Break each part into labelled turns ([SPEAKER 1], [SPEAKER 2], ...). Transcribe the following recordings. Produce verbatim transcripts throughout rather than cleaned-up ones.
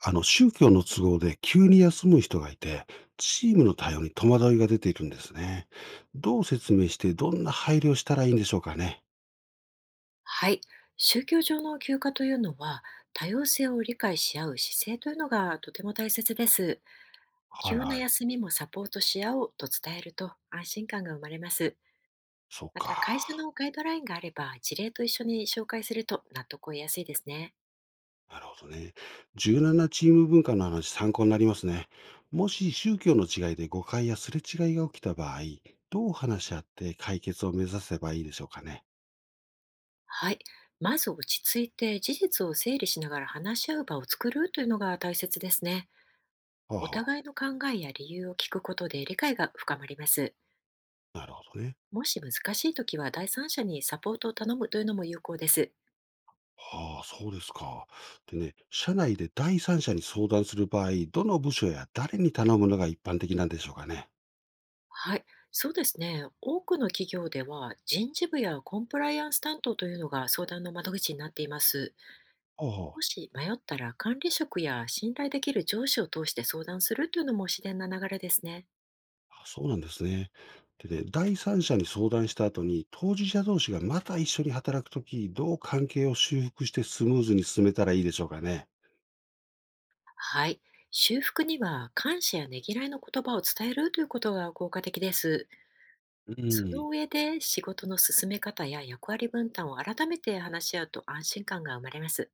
[SPEAKER 1] あの、宗教の都合で急に休む人がいて、チームの対応に戸惑いが出ているんですね。どう説明して、どんな配慮をしたらいいんでしょうかね。
[SPEAKER 2] はい。宗教上の休暇というのは、多様性を理解し合う姿勢というのがとても大切です。
[SPEAKER 1] はい
[SPEAKER 2] 急な
[SPEAKER 1] はい。
[SPEAKER 2] 休みもサポートし合おうと伝えると安心感が生まれます。
[SPEAKER 1] そう
[SPEAKER 2] また、会社
[SPEAKER 1] か。
[SPEAKER 2] のガイドラインがあれば、事例と一緒に紹介すると納得を得やすいですね。
[SPEAKER 1] なるほどね。柔軟なチーム文化の話、参考になりますね。もし宗教の違いで誤解やすれ違いが起きた場合、どう話し合って解決を目指せばいいでしょうかね。
[SPEAKER 2] はい。まず落ち着いて事実を整理しながら話し合う場を作るというのが大切ですね。
[SPEAKER 1] はあ
[SPEAKER 2] お
[SPEAKER 1] は
[SPEAKER 2] 互いの考えや理由を聞くことで理解が深まります。
[SPEAKER 1] あ。なるほどね。
[SPEAKER 2] もし難しいときは第三者にサポートを頼むというのも有効です。
[SPEAKER 1] はあ、そうですか。でね、社内で第三者に相談する場合、どの部署や誰に頼むのが一般的なんでしょうかね。
[SPEAKER 2] はい、そうですね。多くの企業では人事部やコンプライアンス担当というのが相談の窓口になっています。
[SPEAKER 1] あ
[SPEAKER 2] も
[SPEAKER 1] あ、
[SPEAKER 2] し迷ったら管理職や信頼できる上司を通して相談するというのも自然な流れですね。
[SPEAKER 1] あそうなんですね。でね、第三者に相談した後に、当事者同士がまた一緒に働くとき、どう関係を修復してスムーズに進めたらいいでしょうかね。
[SPEAKER 2] はい、修復には感謝やねぎらいの言葉を伝えるということが効果的です。
[SPEAKER 1] う
[SPEAKER 2] その
[SPEAKER 1] ん、
[SPEAKER 2] 上で仕事の進め方や役割分担を改めて話し合うと安心感が生まれます。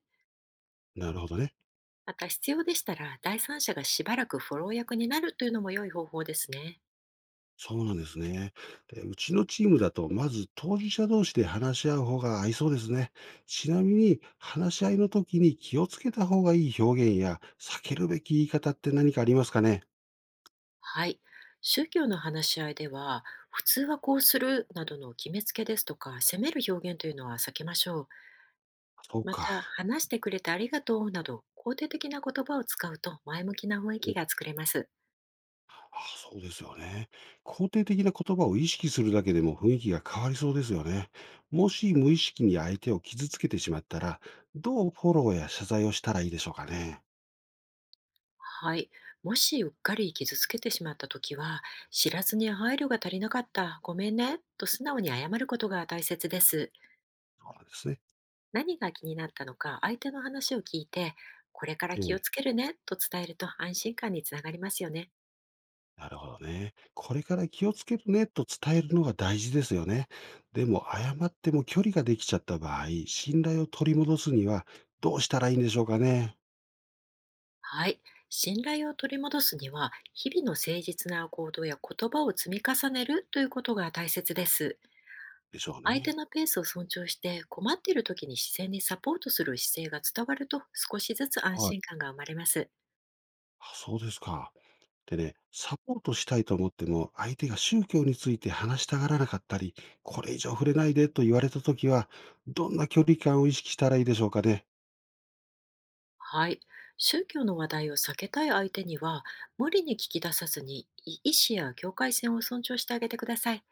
[SPEAKER 1] なるほどね。
[SPEAKER 2] また必要でしたら、第三者がしばらくフォロー役になるというのも良い方法ですね。
[SPEAKER 1] そうなんですね。で、うちのチームだと、まず当事者同士で話し合う方が合いそうですね。ちなみに、話し合いの時に気をつけた方がいい表現や、避けるべき言い方って何かありますかね。
[SPEAKER 2] はい。宗教の話し合いでは、普通はこうするなどの決めつけですとか、責める表現というのは避けましょう。
[SPEAKER 1] そう
[SPEAKER 2] また、
[SPEAKER 1] か。
[SPEAKER 2] 話してくれてありがとうなど、肯定的な言葉を使うと前向きな雰囲気
[SPEAKER 1] え、
[SPEAKER 2] が作れます。
[SPEAKER 1] あ、そうですよね。肯定的な言葉を意識するだけでも雰囲気が変わりそうですよね。もし無意識に相手を傷つけてしまったら、どうフォローや謝罪をしたらいいでしょうかね。
[SPEAKER 2] はい。もしうっかり傷つけてしまったときは、知らずに配慮が足りなかった、ごめんね、と素直に謝ることが大切です。
[SPEAKER 1] そうなんですね。
[SPEAKER 2] 何が気になったのか、相手の話を聞いて、これから気を
[SPEAKER 1] ええ、
[SPEAKER 2] つけるねと伝えると安心感につながりますよね。
[SPEAKER 1] なるほどね。これから気をつけるねと伝えるのが大事ですよね。でも、謝っても距離ができちゃった場合、信頼を取り戻すにはどうしたらいいんでしょうかね。
[SPEAKER 2] はい。信頼を取り戻すには、日々の誠実な行動や言葉を積み重ねるということが大切です。
[SPEAKER 1] でしょう
[SPEAKER 2] 相手
[SPEAKER 1] ね。
[SPEAKER 2] のペースを尊重して、困っている時に視線にサポートする姿勢が伝わると、少しずつ安
[SPEAKER 1] はい。
[SPEAKER 2] 心感が生まれます。
[SPEAKER 1] あ、そうですか。でね、サポートしたいと思っても、相手が宗教について話したがらなかったり、これ以上触れないでと言われたときは、どんな距離感を意識したらいいでしょうかね。
[SPEAKER 2] はい。宗教の話題を避けたい相手には、無理に聞き出さずに、い意思や境界線を尊重してあげてください。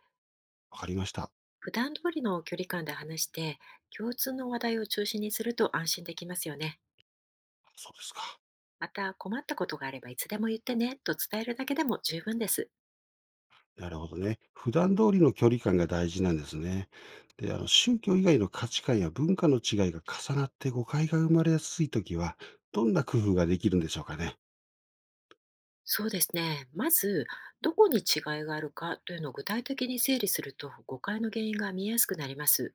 [SPEAKER 1] わかりました。
[SPEAKER 2] 普段通りの距離感で話して、共通の話題を中心にすると安心できますよね。
[SPEAKER 1] そうですか。
[SPEAKER 2] また、困ったことがあればいつでも言ってねと伝えるだけでも十分です。
[SPEAKER 1] なるほどね。普段通りの距離感が大事なんですね。で、あの、宗教以外の価値観や文化の違いが重なって誤解が生まれやすいときは、どんな工夫ができるんでしょうかね。
[SPEAKER 2] そうですね。まず、どこに違いがあるかというのを具体的に整理すると、誤解の原因が見えやすくなります。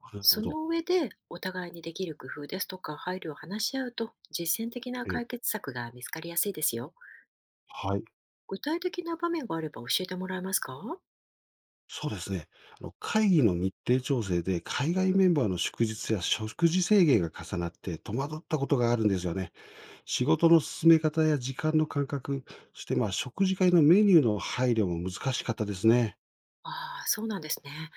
[SPEAKER 1] なるほ
[SPEAKER 2] そ
[SPEAKER 1] ど。
[SPEAKER 2] の上で、お互いにできる工夫ですとか配慮を話し合うと、実践的な
[SPEAKER 1] え、
[SPEAKER 2] 解決策が見つかりやすいですよ。
[SPEAKER 1] はい。
[SPEAKER 2] 具体的な場面があれば教えてもらえますか？
[SPEAKER 1] そうですね。あの、会議の日程調整で海外メンバーの祝日や食事制限が重なって戸惑ったことがあるんですよね。仕事の進め方や時間の感覚、そしてまあ食事会のメニューの配慮も難しかったですね。
[SPEAKER 2] ああ、そうなんですね。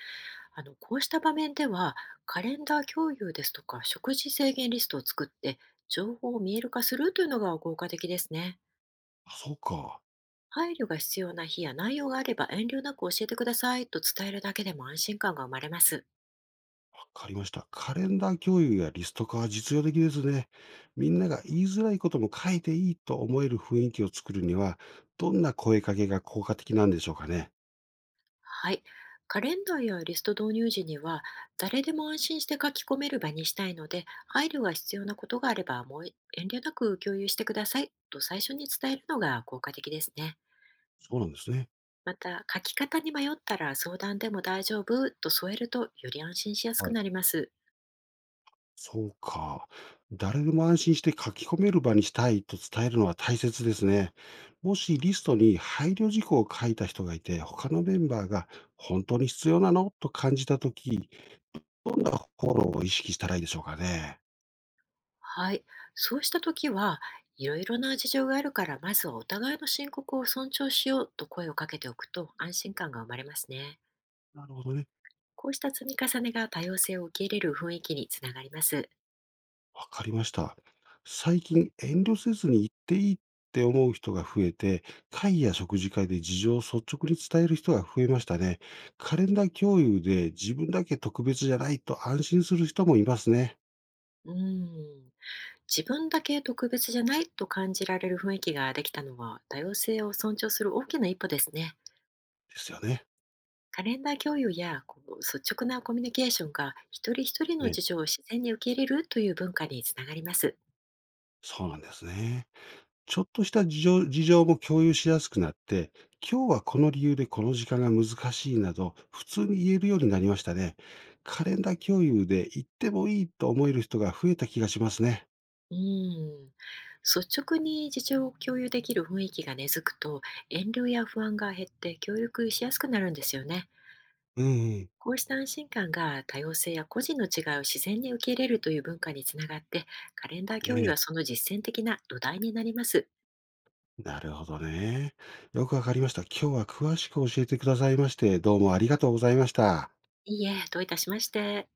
[SPEAKER 2] あの、こうした場面では、カレンダー共有ですとか、食事制限リストを作って、情報を見える化するというのが効果的ですね。
[SPEAKER 1] あ、そうか。
[SPEAKER 2] 配慮が必要な日や内容があれば遠慮なく教えてくださいと伝えるだけでも安心感が生まれます。
[SPEAKER 1] わかりました。カレンダー共有やリスト化は実用的ですね。みんなが言いづらいことも書いていいと思える雰囲気を作るには、どんな声かけが効果的なんでしょうかね。
[SPEAKER 2] はい。カレンダーやリスト導入時には、誰でも安心して書き込める場にしたいので、配慮が必要なことがあれば、もう遠慮なく共有してくださいと最初に伝えるのが効果的ですね。
[SPEAKER 1] そうなんですね。
[SPEAKER 2] また、書き方に迷ったら相談でも大丈夫と添えるとより安心しやす
[SPEAKER 1] は
[SPEAKER 2] く
[SPEAKER 1] い。
[SPEAKER 2] なります。
[SPEAKER 1] そうか。誰でも安心して書き込める場にしたいと伝えるのは大切ですね。もしリストに配慮事項を書いた人がいて、他のメンバーが本当に必要なのと感じたとき、どんなフォローを意識したらいいでしょうかね。
[SPEAKER 2] はい。そうした時は、いろいろな事情があるから、まずはお互いの申告を尊重しようと声をかけておくと安心感が生まれますね。
[SPEAKER 1] なるほどね。
[SPEAKER 2] こうした積み重ねが多様性を受け入れる雰囲気につながります。
[SPEAKER 1] わかりました。最近遠慮せずに言っていいって思う人が増えて、会や食事会で事情を率直に伝える人が増えましたね。カレンダー共有で自分だけ特別じゃないと安心する人もいますね。
[SPEAKER 2] うん。自分だけ特別じゃないと感じられる雰囲気ができたのは、多様性を尊重する大きな一歩ですね。
[SPEAKER 1] ですよね。
[SPEAKER 2] カレンダー共有やこの率直なコミュニケーションが一人一人の
[SPEAKER 1] ええ、
[SPEAKER 2] 事情を自然に受け入れるという文化につながります。
[SPEAKER 1] そうなんですね。ちょっとした事情事情も共有しやすくなって、今日はこの理由でこの時間が難しいなど、普通に言えるようになりましたね。カレンダー共有で言ってもいいと思える人が増えた気がしますね。
[SPEAKER 2] うん、率直に事情を共有できる雰囲気が根付くと、遠慮や不安が減って協力しやすくなるんですよね。
[SPEAKER 1] うんうん。
[SPEAKER 2] こうした安心感が多様性や個人の違いを自然に受け入れるという文化につながって、カレンダー共
[SPEAKER 1] え
[SPEAKER 2] 有は
[SPEAKER 1] え、
[SPEAKER 2] その実践的な土台になります。
[SPEAKER 1] なるほどね。よくわかりました。今日は詳しく教えてくださいまして、どうもありがとうございました。
[SPEAKER 2] いいえ、どういたしまして。